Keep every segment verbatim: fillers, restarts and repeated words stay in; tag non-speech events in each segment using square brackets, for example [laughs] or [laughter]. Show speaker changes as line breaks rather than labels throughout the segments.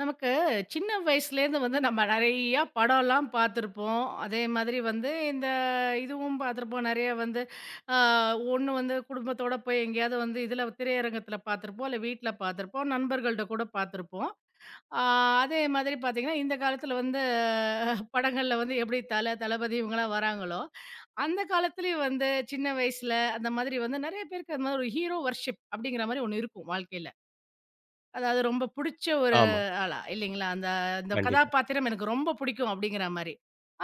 நமக்கு சின்ன வயசுலேருந்து வந்து நம்ம நிறையா படம்லாம் பார்த்துருப்போம். அதே மாதிரி வந்து இந்த இதுவும் பார்த்துருப்போம். நிறைய வந்து ஆ ஒண்ணு வந்து குடும்பத்தோட போய் எங்கேயாவது வந்து இதில திரையரங்கத்தில பார்த்துருப்போம். இல்ல வீட்ல பார்த்துருப்போம். நண்பர்கள்ட்ட கூட பார்த்துருப்போம். ஆ அதே மாதிரி பார்த்தீங்கன்னா, இந்த காலத்தில வந்து படங்கள்ல வந்து எப்படி தல, தளபதி இவங்கலாம் வராங்களோ, அந்த காலத்திலேயும் வந்து சின்ன வயசுல அந்த மாதிரி வந்து நிறைய பேருக்கு அந்த மாதிரி ஒரு ஹீரோ வர்ஷிப் அப்படிங்கிற மாதிரி ஒண்ணு இருக்கும் வாழ்க்கையில. அதாவது ரொம்ப புடிச்ச ஒரு
ஆமா.
ஆளா? இல்லைங்களா? அந்த அந்த
கண்டிப்பா.
கதாபாத்திரம் எனக்கு ரொம்ப பிடிக்கும் அப்படிங்கிற மாரி.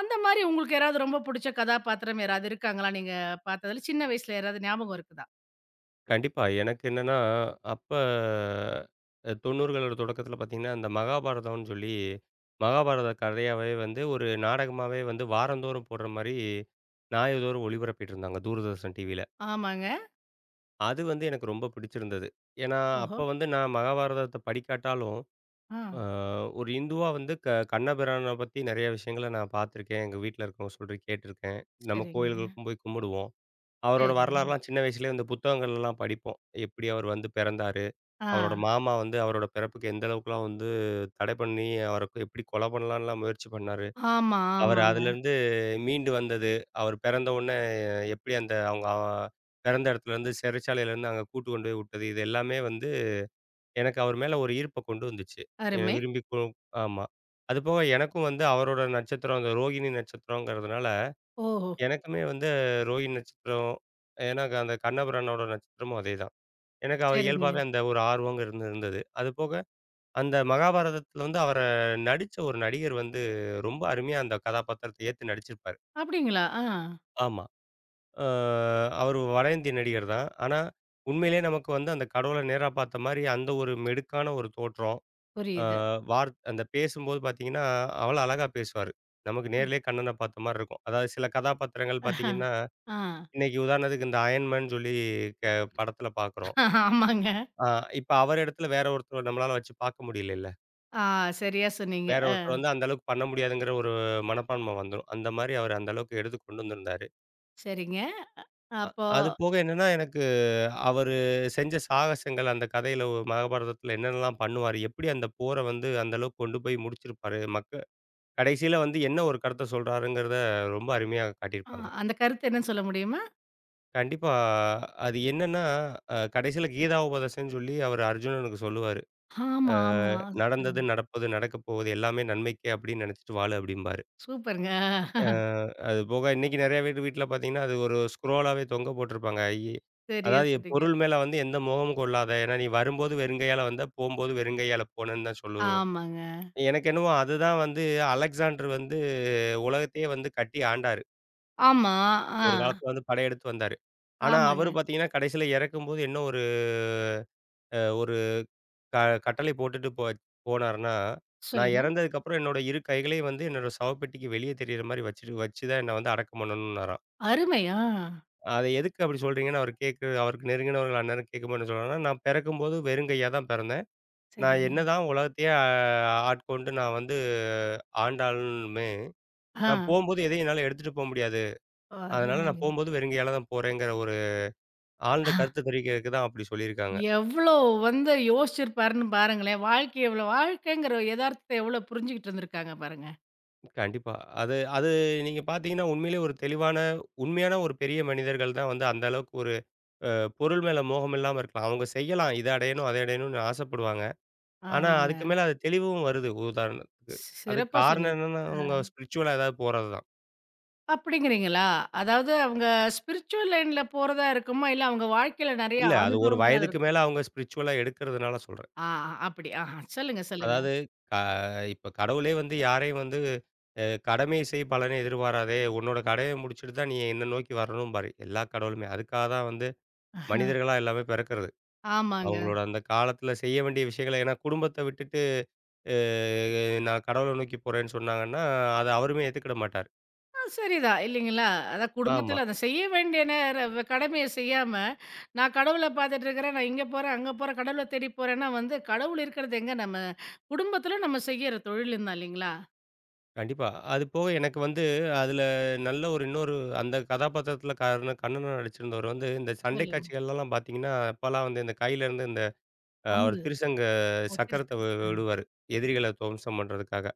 அந்த மாரி உங்களுக்கு யாராவது ரொம்ப புடிச்ச கதாபாத்திரம் யாராவது இருக்காங்களா? நீங்க பார்த்ததுல சின்ன வயசுல யாராவது ஞாபகம் இருக்குதா?
கண்டிப்பா. எனக்கு என்னன்னா, அப்ப அ தொண்ணூறுகளோட தொடக்கத்தில பார்த்தீங்கன்னா, அந்த மகாபாரதம்னு சொல்லி மகாபாரத கதையாவே வந்து ஒரு நாடகமாவே வந்து வாரந்தோறும் போடுற மாரி, ஞாயிறுதோறும் ஒளிபரப்பிட்டு இருந்தாங்க தூர்தர்ஷன் டிவியில.
ஆமாங்க.
அது வந்து எனக்கு ரொம்ப பிடிச்சிருந்தது. ஏன்னா,
ஓஹோ!
அப்ப வந்து நான் மகாபாரதத்த படிக்காட்டாலும்,
ஆ.
அ ஒரு இந்துவா வந்து க கண்ணபிரான பத்தி நெறைய விஷயங்கள நான் பார்த்துருக்கேன். எங்க வீட்ல இருக்கவங்க சொல்லி கேட்டிருக்கேன். நம்ம
சரிங்க,
கோயில்களுக்கும் போய் கும்பிடுவோம். அவரோட
சரிங்க.
வரலாறுலாம் சின்ன வயசுலயே இந்த புத்தகங்கள்லாம் படிப்போம். எப்படி அவர் வந்து பிறந்தாரு?
ஆ.
அவரோட மாமா வந்து அவரோட பிறப்புக்கு எந்த அளவுக்குலாம் வந்து தடை பண்ணி, அவருக்கு எப்படி கொலை பண்ணலான்லாம் முயற்சி பண்ணாரு.
ஆமா,
அவர்
ஆமாங்க.
அதுலேருந்து மீண்டு வந்தது. அவர் பிறந்த உடனே எப்படி அந்த அவங்க அ பிறந்த இடத்துலேருந்து சிறைச்சாலையிலேருந்து அங்க கூட்டு கொண்டு போய் விட்டது. இது எல்லாமே வந்து எனக்கு அவர் மேல ஒரு ஈர்ப்ப கொண்டு வந்துச்சு. அ
அருமை.
விரும்பி கு ஆமா. அதுபோக எனக்கும் வந்து அவரோட நட்சத்திரம் அந்த ரோகிணி நட்சத்திரங்கிறதுனால
ஓஹோ!
எனக்குமே வந்து ரோஹிணி நட்சத்திரம், ஏன்னா அந்த கண்ணபுரானோட நட்சத்திரமும் அதேதான். எனக்கு அவ
சரிங்க.
இயல்பாவே அந்த ஒரு ஆர்வம் இருந்து இருந்தது. அது போக அந்த மகாபாரதத்துல வந்து அவர நடிச்ச ஒரு நடிகர் வந்து ரொம்ப அருமையா அந்த கதாபாத்திரத்த ஏத்து நடிச்சிருப்பாரு.
அப்படிங்களா? ஆ.
ஆமா. அ அவரு வட இந்திய நடிகர் தான். ஆனா, உண்மையிலேயே நமக்கு வந்து அந்த கடவுள நேரா பார்த்த மாரி அந்த ஒரு மெடுக்கான ஒரு தோற்றம். அ
புரியுது.
வார் அந்த பேசும்போது பார்த்தீங்கன்னா, அவ்வளோ அழகா பேசுவாரு. நமக்கு நேர்லயே கண்ணன பார்த்த மாரி இருக்கும். அதாவது சில கதாபாத்திரங்கள் பார்த்தீங்கன்னா
ஆ.
இன்னைக்கு உதாரணத்துக்கு இந்த அயன் மேன் சொல்லி க படத்துல பார்க்குறோம்.
ஆமாங்க.
ஆ இப்ப அவர் இடத்துல வேற ஒருத்தர நம்மளால வச்சு பார்க்க முடியலல்ல.
ஆ சரியா சொன்னீங்க.
வேற
அ
ஒருத்தர் வந்து அந்த அளவுக்கு பண்ண முடியாதுங்கிற ஒரு மனப்பான்மை வந்துரும். அந்த மாரி அவர் அந்த அளவுக்கு எடுத்து கொண்டு வந்திருந்தாரு.
சரிங்க. அப்போ
அது போக என்னன்னா எனக்கு அவரு செஞ்ச சாகசங்கள் அந்த கதையில ஒ மகாபாரதத்துல என்னென்னலாம் பண்ணுவாரு? எப்படி அந்த போர வந்து அந்த அளவுக்கு கொண்டு போய் முடிச்சிருப்பாரு? மக்க கடைசியில வந்து என்ன ஒரு கருத்த சொல்றாருங்கிறத ரொம்ப அருமையா
அ
காட்டியிருப்பாங்க.
அந்த கருத்து என்னன்னு சொல்ல முடியுமா?
கண்டிப்பா. அது என்னன்னா, அ கடைசியில கீதா உபதேசம்ன்னு சொல்லி அவரு அர்ஜுனனுக்கு சொல்லுவாரு. அ
ஆமா, ஆமா. சொல்லுங்க.
நடந்தது, நடப்பது, நடக்கப் போவது எல்லாமே நன்மைக்கே அப்படின்னு நினைச்சிட்டு வாழு அப்படிம்பாரு.
சூப்பருங்க.
அ அது போக இன்னைக்கு நிறைய பேர் வீட்ல பார்த்தீங்கன்னா, அது ஒரு ஸ்க்ரோலாவே தொங்க போட்டிருப்பாங்க. இ
சரியா
அதாவது என்
சொன்னீங்க.
பொருள் மேல வந்து எந்த மோகமும் கொள்ளாத. ஏன்னா நீ வரும்போது வெறுங்கையால வந்த, போம்போது வெறுங்கையால போனன்னு தான் சொல்லுவேன்.
ஆமாங்க.
எனக்கு என்னவோ அதுதான் வந்து அலெக்சாண்டர் வந்து உலகத்தையே வந்து கட்டி ஆண்டாரு.
ஆமா. ஆ.
ஒரு காலத்துல வந்து படையெடுத்து வந்தாரு. ஆனா அவரு
ஆமாங்க.
பார்த்தீங்கன்னா, கடைசியில இறக்கும்போது என்ன ஒரு அ ஒரு க கட்டளை போட்டுட்டு போ போனாருன்னா, நான்
சொல்லுங்க.
இறந்ததுக்கப்புறம் என்னோட இரு கைகளையும் வந்து என்னோட சவப்பெட்டிக்கு வெளியே தெரியிற மாரி வச்சுட்டு வச்சு தான் என்ன வந்து அடக்கம் பண்ணணும்னாராம்.
அருமை. ஆ.
அத எதுக்கு அப்படி சொல்றீங்கன்னு அவரு கேட்க அவருக்கு நெருங்கினவர்கள் அந்நேரம் கேட்கும்போது என்ன சொல்றாருன்னா, நான் பிறக்கும்போது வெறும் கையா தான் பிறந்தேன். நான்
சரிங்க.
என்னதான் உலகத்தையே ஆ ஆட்கொண்டு நான் வந்து ஆண்டாலுமே,
ஆ.
நான் போம்போது எதையும் என்னால எடுத்துட்டு போ முடியாது. அதனால
அருமைங்க.
நான் போம்போது வெறுங்கையால தான் போறேங்கிற ஒரு ஆழ்ந்த கருத்து தெரிவிக்கிறதுக்கு தான் அப்படி சொல்லியிருக்காங்க.
எவ்ளோ வந்து யோசிச்சிருப்பாருன்னு பாருங்களேன். வாழ்க்கை எவ்ளோ வாழ்க்கைங்கிற எதார்த்தத்த எவ்ளோ புரிஞ்சுகிட்டு இருந்திருக்காங்க பாருங்க.
கண்டிப்பா. அது அது நீங்க பார்த்தீங்கன்னா, உண்மையிலேயே ஒரு தெளிவான, உண்மையான ஒரு பெரிய மனிதர்கள் தான் வந்து அந்த அளவுக்கு ஒரு அ பொருள் மேல மோகம் இல்லாம இருக்கலாம். அவங்க செய்யலாம். இத அடையணும், அதை அடையணும்னு ஆசைப்படுவாங்க. ஆனா, அதுக்கு
ஆமாங்க.
மேல அது தெளிவும் வருது உதாரணத்துக்கு. அதுக்கு
சிறப்பா
காரணம்
சொன்னீங்க.
என்னன்னா,
ஆ.
அவங்க ஸ்பிரிச்சுவலா ஏதாவது போறது தான்.
அப்படிங்கிறீங்களா? அதாவது அவங்க ஸ்பிரிச்சுவல் லைன்ல போறதா இருக்குமா? இல்ல அவங்க வாழ்க்கையில நெறைய
இல்ல அது ஒரு
அனுபவங்களா
வயதுக்கு
இருக்கும்.
மேல அவங்க ஸ்பிரிச்சுவலா எடுக்கிறதுனால சொல்றேன்.
ஆ, அப்படி. ஆஹா. சொல்லுங்க, சொல்லுங்க.
அதாவது க இப்ப கடவுளே வந்து யாரையும் வந்து அ கடமையை செய் பலனை எதிர்பாராதே. உன்னோட கடமைய முடிச்சுட்டு தான் நீ என்ன நோக்கி வரணும்பாரு. எல்லா கடவுளுமே. அதுக்காக தான் வந்து மனிதர்களா எல்லாமே பிறக்கிறது.
ஆமாங்க.
அவங்களோட அந்த காலத்துல செய்ய வேண்டிய விஷயங்கள ஏன்னா குடும்பத்த விட்டுட்டு, அ நான் கடவுள நோக்கி போறேன்னு சொன்னாங்கன்னா, அத அவருமே ஏத்துக்கிட மாட்டாரு.
சரிதான். இல்லைங்களா? அதான்
ஆமா.
குடும்பத்தில அத செய்ய வேண்டிய நேர கடமைய செய்யாம, நான் கடவுள பார்த்துட்டு இருக்கிறேன், நான் இங்க போறேன், அங்க போறேன், கடவுள தேடி போறேன்னா வந்து கடவுள் இருக்கிறது எங்க? நம்ம குடும்பத்தில நம்ம செய்யற தொழிலும் தான் இல்லைங்களா?
கண்டிப்பா. அது போக எனக்கு வந்து அதுல நல்ல ஒரு இன்னொரு அந்த கதாபாத்திரத்துல கர்ண கண்ணனா நடிச்சிருந்தவர் வந்து, இந்த சண்டை
சொல்லுங்க.
காட்சிகள்லலாம் பார்த்தீங்கன்னா, அப்பலாம் வந்து இந்த கையில இருந்து இந்த அ அவர்
அம்பு.
திருசங்க
ஓ!
சக்கரத்த வி
திருச்செந்தூர். ஆ.
விடுவாரு. எதிரிகள துவம்சம் பண்றதுக்காக.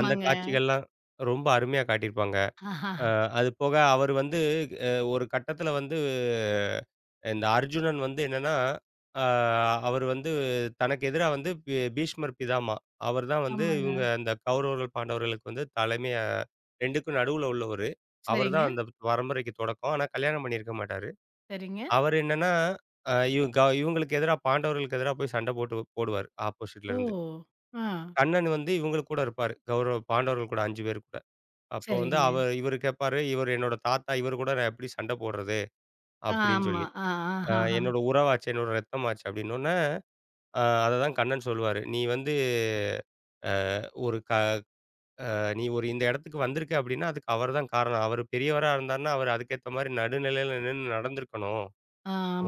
அந்த காட்சிகள்லாம் ரொம்ப அருமையா காட்டியிருப்பாங்க.
ஆஹா,
அ அது போக அவர் வந்து அ ஒரு கட்டத்தில வந்து இந்த அர்ஜுனன் வந்து என்னன்னா, அ அவர் வந்து தனக்கு எதிரா வந்து பீ பீஷ்மர் பிதாமா. அவர் தான் வந்து
ஆமாங்க.
இவங்க அந்த கௌரவர்கள், பாண்டவர்களுக்கு வந்து தலைமையா ரெண்டுக்கும் நடுவுல உள்ளவரு. அவர்
சரிங்க,
தான் அந்த பரம்பரைக்கு தொடக்கம். ஆனா கல்யாணம் பண்ணியிருக்க மாட்டாரு.
சரிங்க.
அவர் என்னன்னா, அ இவ் க இவங்களுக்கு எதிரா பாண்டவர்களுக்கு எதிரா போய் சண்டை போட்டு போடுவாரு ஆப்போசிட்ல
ஓ!
இருந்து.
ஆ.
கண்ணன் வந்து இவங்க கூட இருப்பாரு. கௌரவ பாண்டவர்கள் கூட ஐந்து பேர் கூட. அப்போ வந்து
சரிங்க.
அவர் இவரு கேட்பாரு, இவரு என்னோட தாத்தா, இவரு கூட நான் எப்படி சண்டை போடுறது? அப்படின்னு
ஆமா.
சொல்லி.
ஆ, ஆ,
அ
ஆ, ஆ.
என்னோட உறவாச்சே, என்னோட ரத்தமாச்சே அப்படின்னோன்னே, அ அத தான் கண்ணன் சொல்லுவாரு. நீ வந்து ஒரு க நீ ஒரு இந்த இடத்துக்கு வந்திருக்க அப்படின்னா, அதுக்கு அவர் தான் காரணம். அவரு பெரியவரா இருந்தாருன்னா, அவரு அதுக்கேத்த மாரி நடுநிலையில நின்னு நடந்துருக்கணும்.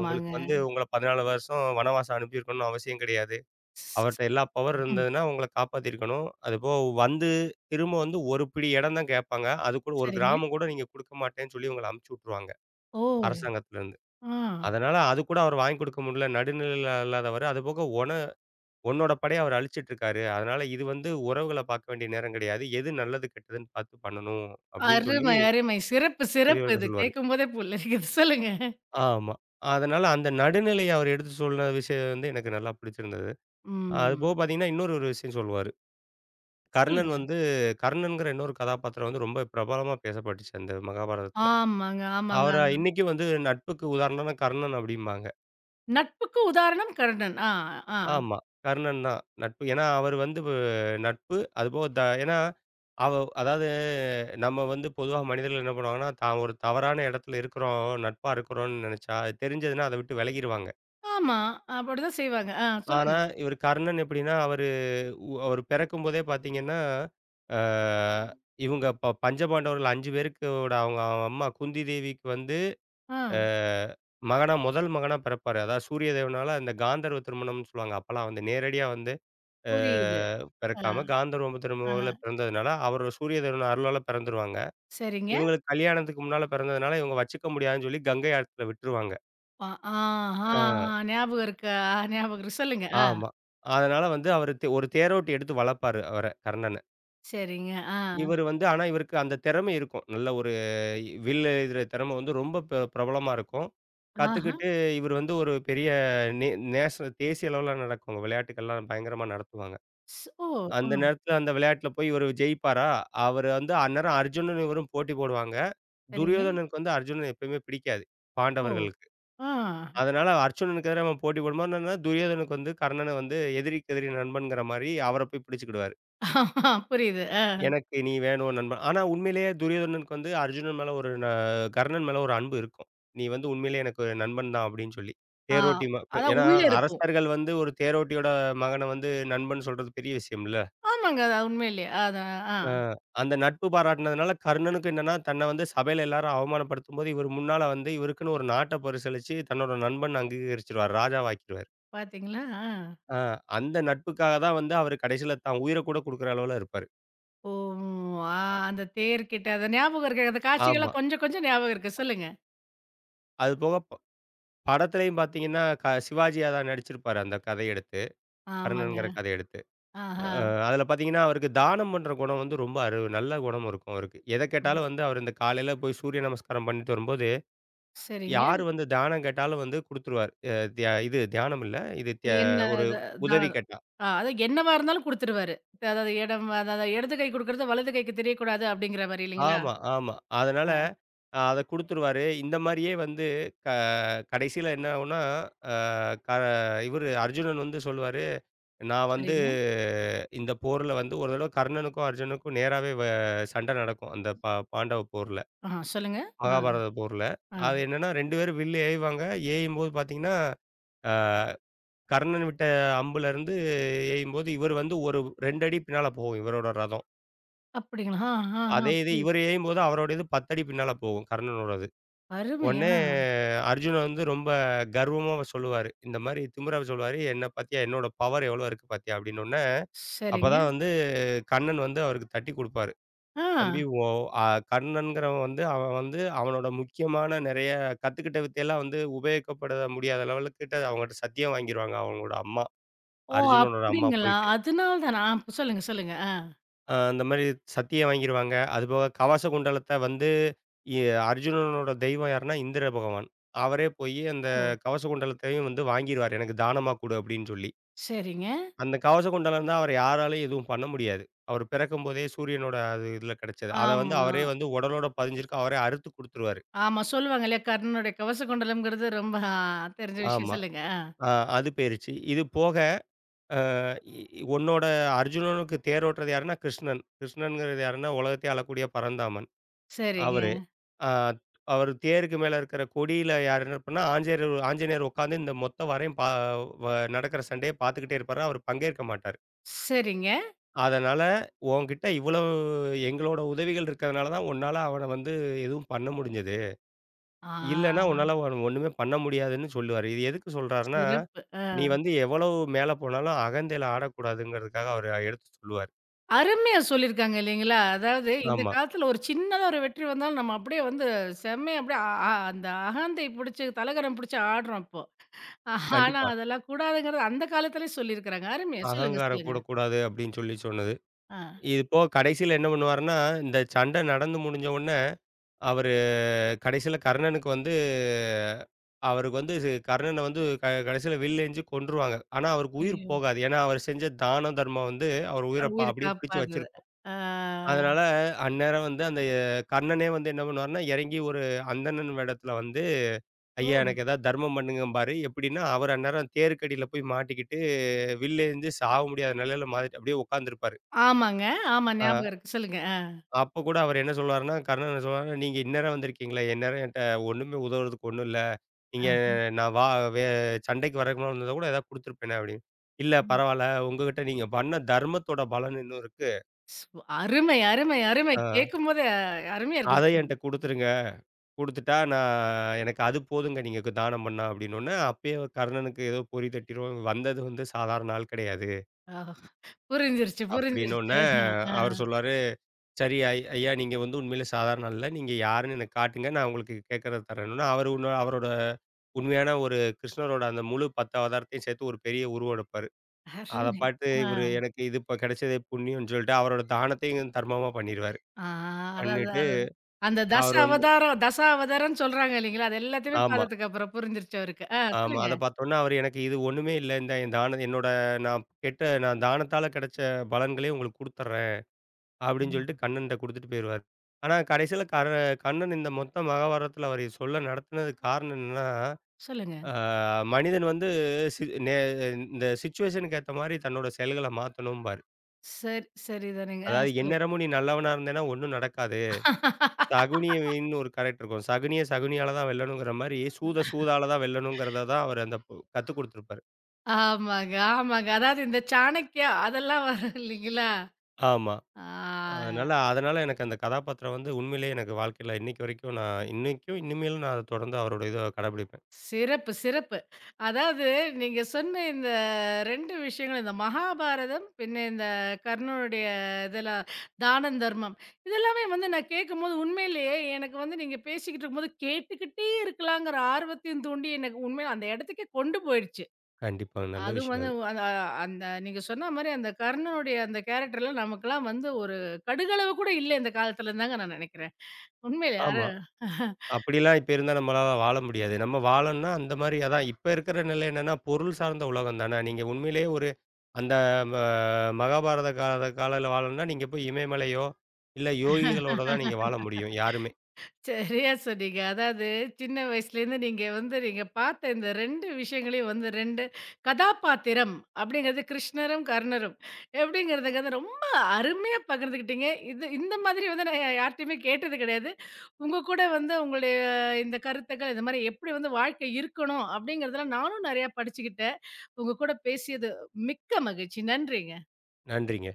உங்களுக்கு வந்து உங்கள பதினான்கு வருஷம் வனவாசம் அனுப்பியிருக்கணும்னு அவசியம் கிடையாது.
ஸ்
அவர்ட்ட எல்லா பவர்
ம்.
இருந்ததுன்னா, உங்கள காப்பாத்தியிருக்கணும். அதுபோக வந்து திரும்ப வந்து ஒரு பிடி இடம் தான் கேட்பாங்க. அது கூட ஒரு
சரிங்க.
கிராமம் கூட நீங்க குடுக்க மாட்டேன்னு சொல்லி உங்கள அனுப்பிச்சு விட்டுருவாங்க,
ஓ!
அரசாங்கத்திலருந்து.
ஆ.
அதனால அது கூட அவரு வாங்கி குடுக்க முடியல. நடுநிலையில இல்லாதவரு. அதுபோக ஒன உன்னோட படைய அவரு அழிச்சிட்டு இருக்காரு. அதனால இது வந்து உறவுகள பார்க்க வேண்டிய நேரம் கிடையாது. எது நல்லது கெட்டதுன்னு பார்த்து பண்ணணும் அப்படின்னு சொல்லி
அருமை, அருமை. சிறப்பு, சிறப்பு.
பெரியவர்கள்
இது
சொல்லுவாரு.
கேட்கும்போதே புல்லரிக்குது. சொல்லுங்க.
ஆமா. அதனால அந்த நடுநிலைய அவர் எடுத்து சொன்ன விஷயம் வந்து எனக்கு நல்லா பிடிச்சிருந்தது. அது போக
ம்.
பார்த்தீங்கன்னா, இன்னொரு ஒரு விஷயம் சொல்லுவாரு. கர்ணன்
சொல்லுங்க.
வந்து கர்ணன்ங்கிற இன்னொரு கதாபாத்திரம் வந்து ரொம்ப பிரபலமா பேசப்பட்டுச்சு அந்த மகாபாரதத்துல.
ஆமாங்க, ஆமாங்க.
அவர இன்னைக்கும் வந்து நட்புக்கு உதாரணம்னா கர்ணன் அப்படிம்பாங்க.
நட்புக்கு உதாரணம் கர்ணன். ஆ, ஆ.
ஆமா. கர்ணன் தான். நட்பு. ஏன்னா, அவரு வந்து வ நட்பு. அதுபோக த ஏன்னா, அவ அதாவது நம்ம வந்து பொதுவா மனிதர்கள் என்ன பண்ணுவாங்கன்னா, தான் ஒரு தவறான இடத்துல இருக்கிறோம், நட்பா இருக்கிறோம்ன்னு நெனைச்சா, அது தெரிஞ்சதுன்னா அத விட்டு விலகிருவாங்க.
ஆமா. அப்படிதான் செய்வாங்க. ஆ,
ஆனா,
சொல்லுங்க.
இவரு கர்ணன் எப்படின்னா, அவரு உ அவரு பிறக்கும்போதே பார்த்தீங்கன்னா, அ இவங்க ப பஞ்சபாண்டவர்கள் ஐந்து பேருக்கோட அவங்க அவங்க அம்மா குந்தி தேவிக்கு வந்து,
ஆ,
அ மகனா முதல் மகனா பிறப்பாரு. அதாவது சூரிய தேவனால அந்த காந்தர்வ திருமணம்னு சொல்லுவாங்க. அப்பலாம் வந்து நேரடியா வந்து அ
புரியுது. ஆ,
பிறக்காம, காந்தர்வ
ஆ.
திருமகள பிறந்ததுனால, அவரோட சூரிய தேவன் அருளால பிறந்துருவாங்க.
சரிங்க.
இவங்களுக்கு கல்யாணத்துக்கு முன்னால பிறந்ததுனால, இவங்க வச்சுக்க முடியாதுன்னு சொல்லி கங்கை ஆத்துல விட்டுருவாங்க.
அ, ஆ, ஆ,
ஆ,
ஆ. ஞாபகம் இருக்கு. ஆ, ஞாபகம் இருக்கு. சொல்லுங்க. ஆ,
ஆமா. அதனால வந்து அவரு தே ஒரு தேரோட்டி எடுத்து வளர்ப்பாரு அவர, கர்ணன.
சரிங்க. ஆ,
இவரு வந்து ஆனா இவருக்கு அந்த திறமை இருக்கும். நல்ல ஒரு வில் எழுதுற திறமை வந்து ரொம்ப ப பிரபலமா இருக்கும்.
ஆஹா.
கத்துக்கிட்டு இவரு வந்து ஒரு பெரிய நே நேச தேசிய அளவுல நடக்கும். விளையாட்டுக்கள்லாம் பயங்கரமா நடத்துவாங்க.
ஸ் ஓ! ஆ,
அந்த நேரத்துல அந்த விளையாட்டுல போய் இவரு ஜெயிப்பாரா? அவரு வந்து அந்நேரம் அர்ஜுனனும் இவரும் போட்டி போடுவாங்க.
சரிங்க.
துரியோதனனுக்கு வந்து அர்ஜுனன எப்பயுமே பிடிக்காது,
ஓ!
பாண்டவர்களுக்கு.
ஆ.
அதனால அர்ஜுனனுக்கு எதிரா அவன் போட்டி போடும்போது என்னன்னா, துரியோதனனுக்கு வந்து கர்ணன வந்து எதிரிக்கு எதிரி நண்பன்ங்கிற மாரி அவர போய் பிடிச்சுக்கிடுவாரு.
ஆ, புரியுது. அ,
எனக்கு நீ வேணும் நண்பன். ஆனா உண்மையிலேயே துரியோதனனுக்கு வந்து அர்ஜுனன் மேல ஒரு ந கர்ணன் மேல ஒரு அன்பு இருக்கும். நீ வந்து உண்மையிலேயே எனக்கு ஒரு நண்பன் தான் அப்படின்னு சொல்லி.
ஆ.
தேரோட்டி ம
அதான்
ஏன்னா
உள்ள இருக்கும்.
அரசர்கள் வந்து ஒரு தேரோட்டியோட மகன வந்து நண்பன் சொல்றது பெரிய விஷயம் இல்ல.
ஆமாங்க. அது உண்மையிலேயே. அதான். ஆ.
அ அந்த நட்பு பாராட்டுனதுனால கர்ணனுக்கு என்னன்னா, தன்ன வந்து சபையில எல்லாரும் அவமானப்படுத்தும்போது, இவர் முன்னால வந்து இவருக்குன்னு ஒரு நாட்ட பரிசளிச்சு, தன்னோட நண்பன் அங்கீகரிச்சுருவாரு. ராஜாவாக்கிருவாரு.
பார்த்தீங்களா? ஆ.
ஆ அந்த நட்புக்காக தான் வந்து அவரு கடைசியில தான் உயிர கூட குடுக்குற அளவுல இருப்பாரு.
ஓ! ஆ அந்த தேர்கிட்ட அந்த ஞாபகம் இருக்கு. அந்த
ஆமா.
காட்சிகள்லாம் கொஞ்சம் கொஞ்சம் ஞாபகம் இருக்கு. சொல்லுங்க.
அது போக ப படத்திலயும் பார்த்தீங்கன்னா, க சிவாஜியா தான் நடிச்சிருப்பாரு அந்த கதைய எடுத்து.
ஆமாங்க.
கர்ணன்கிற கதைய எடுத்து.
ஆஹா.
அ அதில பார்த்தீங்கன்னா, அவருக்கு தானம் பண்ற குணம் வந்து ரொம்ப அரு நல்ல குணம் இருக்கும் அவருக்கு. எத
ம்.
கேட்டாலும் வந்து அவரு இந்த காலையில போய் சூரிய நமஸ்காரம் பண்ணிட்டு வரும்போது
சரிங்க.
யாரு வந்து தானம் கேட்டாலும் வந்து குடுத்துருவாரு. அ தியா இது தியானம் இல்ல. இது தியா
என்ன
ஒரு
இது
உதவி
தான்
கேட்டா.
ஆ அதான் என்னவா இருந்தாலும் குடுத்துருவாரு. அதாவது இடம் அதாவது இடது கை குடுக்குறது வலது கைக்கு தெரியக்கூடாது அப்படிங்கிற மாரி இல்லைங்களா?
ஆமா, ஆமா. அதனால
ஆ
அத குடுத்துருவாரு. இந்த மாரியே வந்து க கடைசியில என்ன ஆகும்னா, அ க இவரு அர்ஜுனன் வந்து சொல்லுவாரு, "நான் வந்து
சரிங்க.
இந்த போர்ல வந்து ஒரு தடவ கர்ணனுக்கும், அர்ஜுனனுக்கும் நேராவே வ சண்ட நடக்கும். அந்த பா பாண்டவ போர்ல.
ஆ சொல்லுங்க. ஆ
மகாபாரத போர்ல.
ஆ
அது என்னன்னா ரெண்டு பேரும் வில்லு ஏயுவாங்க. ஏயும்போது பார்த்தீங்கன்னா, அ கர்ணன் விட்ட அம்புல இருந்து எய்யும்போது, இவர் வந்து ஒரு ரெண்டு அடி பின்னால போகும் இவரோட ரதம்.
அப்படிங்களா? ஆ ஆ ஆ
அதே இது
புரியுது.
இவர் எய்யும்போது அவரோட இது பத்து அடி பின்னால போகும் கர்ணனோடது.
அருமையா!
உடனே அர்ஜுனன் வந்து ரொம்ப கர்வமா சொல்லுவாரு. இந்த மாரி திமிரா சொல்லுவாரு, "என்ன பாத்தியா? என்னோட பவர் எவ்வளோ இருக்கு பாத்தியா?" அப்படின்னோனே,
சரிங்க.
அப்பதான் வந்து கண்ணன் வந்து அவருக்கு தட்டி குடுப்பாரு.
ஆ.
"தம்பி ஓ அ கர்ணன்கிறவன் வந்து அவன் வந்து அவனோட முக்கியமான நெறைய கத்துக்கிட்ட வித்தையெல்லாம் வந்து உபயோகிக்கப்பட முடியாத லெவலுக்கிட்ட அவங்கட்ட சத்தியம் வாங்கிருவாங்க." அவங்களோட அம்மா,
ஓ!
அர்ஜுனனோட அம்மா
அப்படிங்களா?
போயிட்டு.
அதனால தானா? ஆ சொல்லுங்க, சொல்லுங்க. ஆ.
அ அந்த மாரி சத்திய வாங்கிருவாங்க. அதுபோக கவச குண்டலத்த வந்து எ அர்ஜுனனோட தெய்வம் யாருன்னா இந்திர பகவான். அவரே போயி அந்த
ஓ!
கவச குண்டலத்தையும் வந்து வாங்கிருவாரு. எனக்கு தானமா குடு அப்படின்னு சொல்லி.
சரிங்க.
அந்த கவச குண்டலம் தான் அவர யாராலயும் எதுவும் பண்ண முடியாது. அவர் பிறக்கும்போதே சூரியனோட அது இதுல கிடைச்சது. அத வந்து
ஆமா.
அவரே வந்து உடலோட பதிஞ்சிருக்கு. அவரே அறுத்து குடுத்துருவாரு.
ஆமா. சொல்லுவாங்க இல்லையா? "கர்ணனுடைய கவசகுண்டலம்ங்கிறது" ரொம்ப ஆ தெரிஞ்ச விஷயம்.
ஆமா.
சொல்லுங்க. ஆ.
அ அது போயிருச்சு. இது போக இ இ- உன்னோட அர்ஜுனனுக்கு தேரோட்டுறது யாருன்னா கிருஷ்ணன். கிருஷ்ணன்ங்கிறது யாருன்னா உலகத்தையே ஆளக்கூடிய பரந்தாமன்.
சரிங்க.
அவரு. அ அவரு தேருக்கு மேல இருக்கிற கொடியில யார் என்ன பண்ணா, ஆஞ்சநேயர் ஆஞ்சநேயர் உட்காந்து இந்த மொத்த வரையும் பா வ நடக்கிற சண்டைய பார்த்துக்கிட்டே இருப்பாரு. அவரு பங்கேற்க மாட்டாரு.
சரிங்க.
அதனால உன்கிட்ட இவ்வளவு எங்களோட உதவிகள் இருக்கிறதுனால தான் உன்னால அவன வந்து எதுவும் பண்ண முடிஞ்சது.
ஆ
இல்லன்னா உன்னால அவன ஒண்ணுமே பண்ண முடியாதுன்னு சொல்லுவாரு. இது எதுக்கு சொல்றாருன்னா,
சிறப்பு. அ
நீ வந்து எவ்வளவு மேல போனாலும் அகந்தையில ஆடக்கூடாதுங்கிறதுக்காக அவரு எடுத்து சொல்லுவாரு.
அருமையா சொல்லியிருக்காங்க இல்லைங்களா? அதாவது இந்த
ஆமா.
காலத்துல ஒரு சின்னதா ஒரு வெற்றி வந்தாலும், நம்ம அப்படியே வந்து செம்மையா அப்படியே அ ஆ அந்த அகந்தை புடிச்சு, தலகரம் புடிச்சு ஆடுறோம் இப்போ. ஆ, ஆனா
கண்டிப்பா.
அதெல்லாம் கூடாதுங்கிறது அந்த காலத்திலேயே சொல்லியிருக்கிறாங்க. அருமையா சொல்லுங்க,
அகங்காரம்
சொல்லுங்க.
கூடக்கூடாது அப்படின்னு சொல்லி சொன்னது.
ஆ.
இது போக கடைசியில என்ன பண்ணுவாருன்னா, இந்த சண்டை நடந்து முடிஞ்ச உடனே, அவரு கடைசியில கர்ணனுக்கு வந்து அவருக்கு வந்து இது கர்ணன வந்து க கடைசியில வில்லு ஏஞ்சு கொன்றுவாங்க. ஆனா, அவருக்கு உயிர்
ஐயோ!
போகாது. ஏன்னா, அவர் செஞ்ச தான தர்மம் வந்து அவர் உயிர
அவர்
ப
உயிர்
அப்படியே பிடிச்சு
காப்பாதது.
வச்சிருக்கும்.
ஆ.
அதனால அந்நேரம் வந்து அந்த அஹ், கர்ணனே வந்து என்ன பண்ணுவாருன்னா, இறங்கி ஒரு அந்தணன் வேடத்துல வந்து, "ஐயா
ஓ!
எனக்கு ஏதாவது தர்மம் பண்ணுங்கம்பாரு." எப்படின்னா, அவர் அந்நேரம் தேருக்கடியில போய் மாட்டிக்கிட்டு, வில்லேஞ்சு சாக முடியாத நிலையில மாட்டிட்டு அப்படியே உட்காந்துருப்பாரு.
ஆமாங்க. ஆமா
ஆ.
ஞாபகம் இருக்கு. சொல்லுங்க.
அப்ப கூட அவர் என்ன சொல்வாருன்னா, கர்ணன் என்ன சொல்வாருன்னா, "நீங்க இந்நேரம் வந்திருக்கீங்களே! இந்நேரம் என்ட்ட ஒண்ணுமே உதவுறதுக்கு ஒண்ணும் இல்ல. நீங்க
ஆ.
நான் வா வே சண்டைக்கு வர்றதுக்கு முன்னால வந்திருந்தா கூட ஏதாவது குடுத்துருப்பேனே!" அப்படின்னு. "இல்ல
ஆ.
பரவால்ல. உங்ககிட்ட நீங்க பண்ண தர்மத்தோட பலன் இன்னும் இருக்கு.
ஸ்வ் அருமை, அருமை, அருமை.
ஆ
[laughs] கேட்கும்போதே அ அருமையா இருக்கு.
அத என்ட்ட
சொல்லுங்க.
குடுத்துருங்க. குடுத்துட்டா நான் எனக்கு அது போதுங்க நீங்க கு தானம் பண்ணா." அப்படின்னோன்னே, அப்பயே கர்ணனுக்கு ஏதோ பொறி தட்டிரும். "வந்தது வந்து சாதாரண ஆள் கிடையாது."
ஆ புரிஞ்சிருச்சு,
அப்படின்னோன்னே,
புரிஞ்சிருச்சு. ஆ, ஆ.
அவர் சொல்வாரு சரி, ஐ ஐயா நீங்க வந்து உண்மையிலே சாதாரண ஆள் இல்ல. நீங்க யாருன்னு எனக்கு காட்டுங்க. நான் உங்களுக்கு கேட்கறத தரேன்னோனே, அவரு உன்ன அவரோட உண்மையான ஒரு கிருஷ்ணரோட அந்த முழு பத்து அவதாரத்தையும் சேர்த்து ஒரு பெரிய உருவம் எடுப்பாரு. அத
அருமை.
பார்த்து
ஆ,
இவரு எனக்கு இது இப்ப கிடைச்சதே புண்ணியம்னு சொல்லிட்டு அவரோட தானத்தையும் தர்மமா பண்ணிருவாரு.
ஆ அதான்,
பண்ணிட்டு
அதான். அந்த தச
அவரு வந்து
அவதாரம், தச அவதாரம்ன்னு சொல்றாங்க இல்லைங்களா? அது எல்லாத்தையுமே
ஆமா,
பார்த்ததுக்கு அப்புறம் புரிஞ்சிருச்சு அவருக்கு. ஆ
ஆமா.
சொல்லுங்க.
அத பார்த்தோன்னே அவரு எனக்கு இது ஒண்ணுமே இல்ல. இந்த என் தானம் என்னோட நான் கெட்ட நான் தானத்தால கிடைச்ச பலன்களே உங்களுக்கு குடுத்துர்றேன். அப்படின்னு
ம்.
சொல்லிட்டு கண்ணன்ட்ட குடுத்துட்டு போயிருவாரு. ஆனா கடைசியில கர கண்ணன் இந்த மொத்த மகாபாரதத்தில அவரு சொல்ல நடத்தினது காரணம் என்னன்னா,
சொல்லுங்க.
ஆ மனிதன் வந்து சி நே இந்த சிச்சுவேஷனுக்கு ஏத்த மாரி தன்னோட செயல்கள மாத்தணும்பாரு.
சரி, சரிதானுங்க. ஆ
அதாவது
சொல்லுங்க.
எந்நேரமும் நீ நல்லவனா இருந்தேன்னா ஒண்ணும் நடக்காது.
[laughs]
சகுனியின்னு ஒரு கேரக்டர் இருக்கும். சகுனிய சகுனியால தான் வெல்லணுங்கிற மாரி, சூத சூதால தான் வெல்லணுங்கிறத தான் அவரு அந்த பு கத்துக் குடுத்துருப்பாரு.
ஆமாங்க, ஆமாங்க. அதாவது இந்த சாணக்கியா அதெல்லாம் வரும் இல்லைங்களா?
ஆமா.
ஆ.
அதனால அதனால எனக்கு அந்த கதாபாத்திரம் வந்து உண்மையிலேயே எனக்கு வாழ்க்கையில இன்னைக்கு வரைக்கும் நான் இன்னைக்கும், இனிமேலும் நான் அத தொடர்ந்து அவரோட இத கடைபிடிப்பேன்.
சிறப்பு, சிறப்பு. அதாவது நீங்க சொன்ன இந்த ரெண்டு விஷயங்கள், இந்த மகாபாரதம், பின்ன இந்த கர்ணனுடைய இதெல்லாம் தானம், தர்மம். இதெல்லாமே வந்து நான் கேட்கும்போது உண்மையிலேயே எனக்கு வந்து நீங்க பேசிக்கிட்டு இருக்கும்போது கேட்டுக்கிட்டே இருக்கலாங்கிற ஆர்வத்தையும் தூண்டி, எனக்கு உண்மையில அந்த இடத்துக்கே கொண்டு போயிடுச்சு.
கண்டிப்பாங்க. நல்ல
அதுவும்
விஷயம்
வந்து
அது.
அந்த அந்த நீங்க சொன்ன மாரி அந்த கர்ணனுடைய அந்த கேரக்டர்லாம் நமக்கெல்லாம் வந்து ஒரு கடுகளவு கூட இல்ல இந்த காலத்துலன்னு தாங்க நான் நெனைக்கிறேன். உண்மையிலே
ஆமா.
யாரு
அப்படிலாம் இப்ப இருந்தா நம்மளால வாழ முடியாது. நம்ம வாழணும்னா அந்த மாரி அதான் இப்ப இருக்கிற நிலை என்னன்னா, பொருள் சார்ந்த உலகம் தானே. நீங்க உண்மையிலேயே ஒரு அந்த ம மகாபாரத கால காலையில வாழணும்னா, நீங்க போய் இமயமலையோ, இல்ல யோகிகளோட தான் நீங்க வாழ முடியும், யாருமே.
சரியா சொன்னீங்க. அதாவது சின்ன வயசுலேருந்து நீங்க வந்து நீங்க பார்த்த இந்த ரெண்டு விஷயங்களையும் வந்து ரெண்டு கதாபாத்திரம் அப்படிங்கிறது கிருஷ்ணரும், கர்ணரும் எப்படிங்கிறத வந்து ரொம்ப அருமையா பகிர்ந்துக்கிட்டீங்க. இது இந்த மாதிரி வந்து நான் யார்ட்டயுமே கேட்டது கிடையாது. உங்க கூட வந்து உங்களுடைய இந்த கருத்துக்கள், இந்த மாரி எப்படி வந்து வாழ்க்கை இருக்கணும் அப்படிங்கிறதெல்லாம் நானும் நெறையா படிச்சுக்கிட்டேன். உங்க கூட பேசியது மிக்க மகிழ்ச்சி. நன்றிங்க.
நன்றிங்க.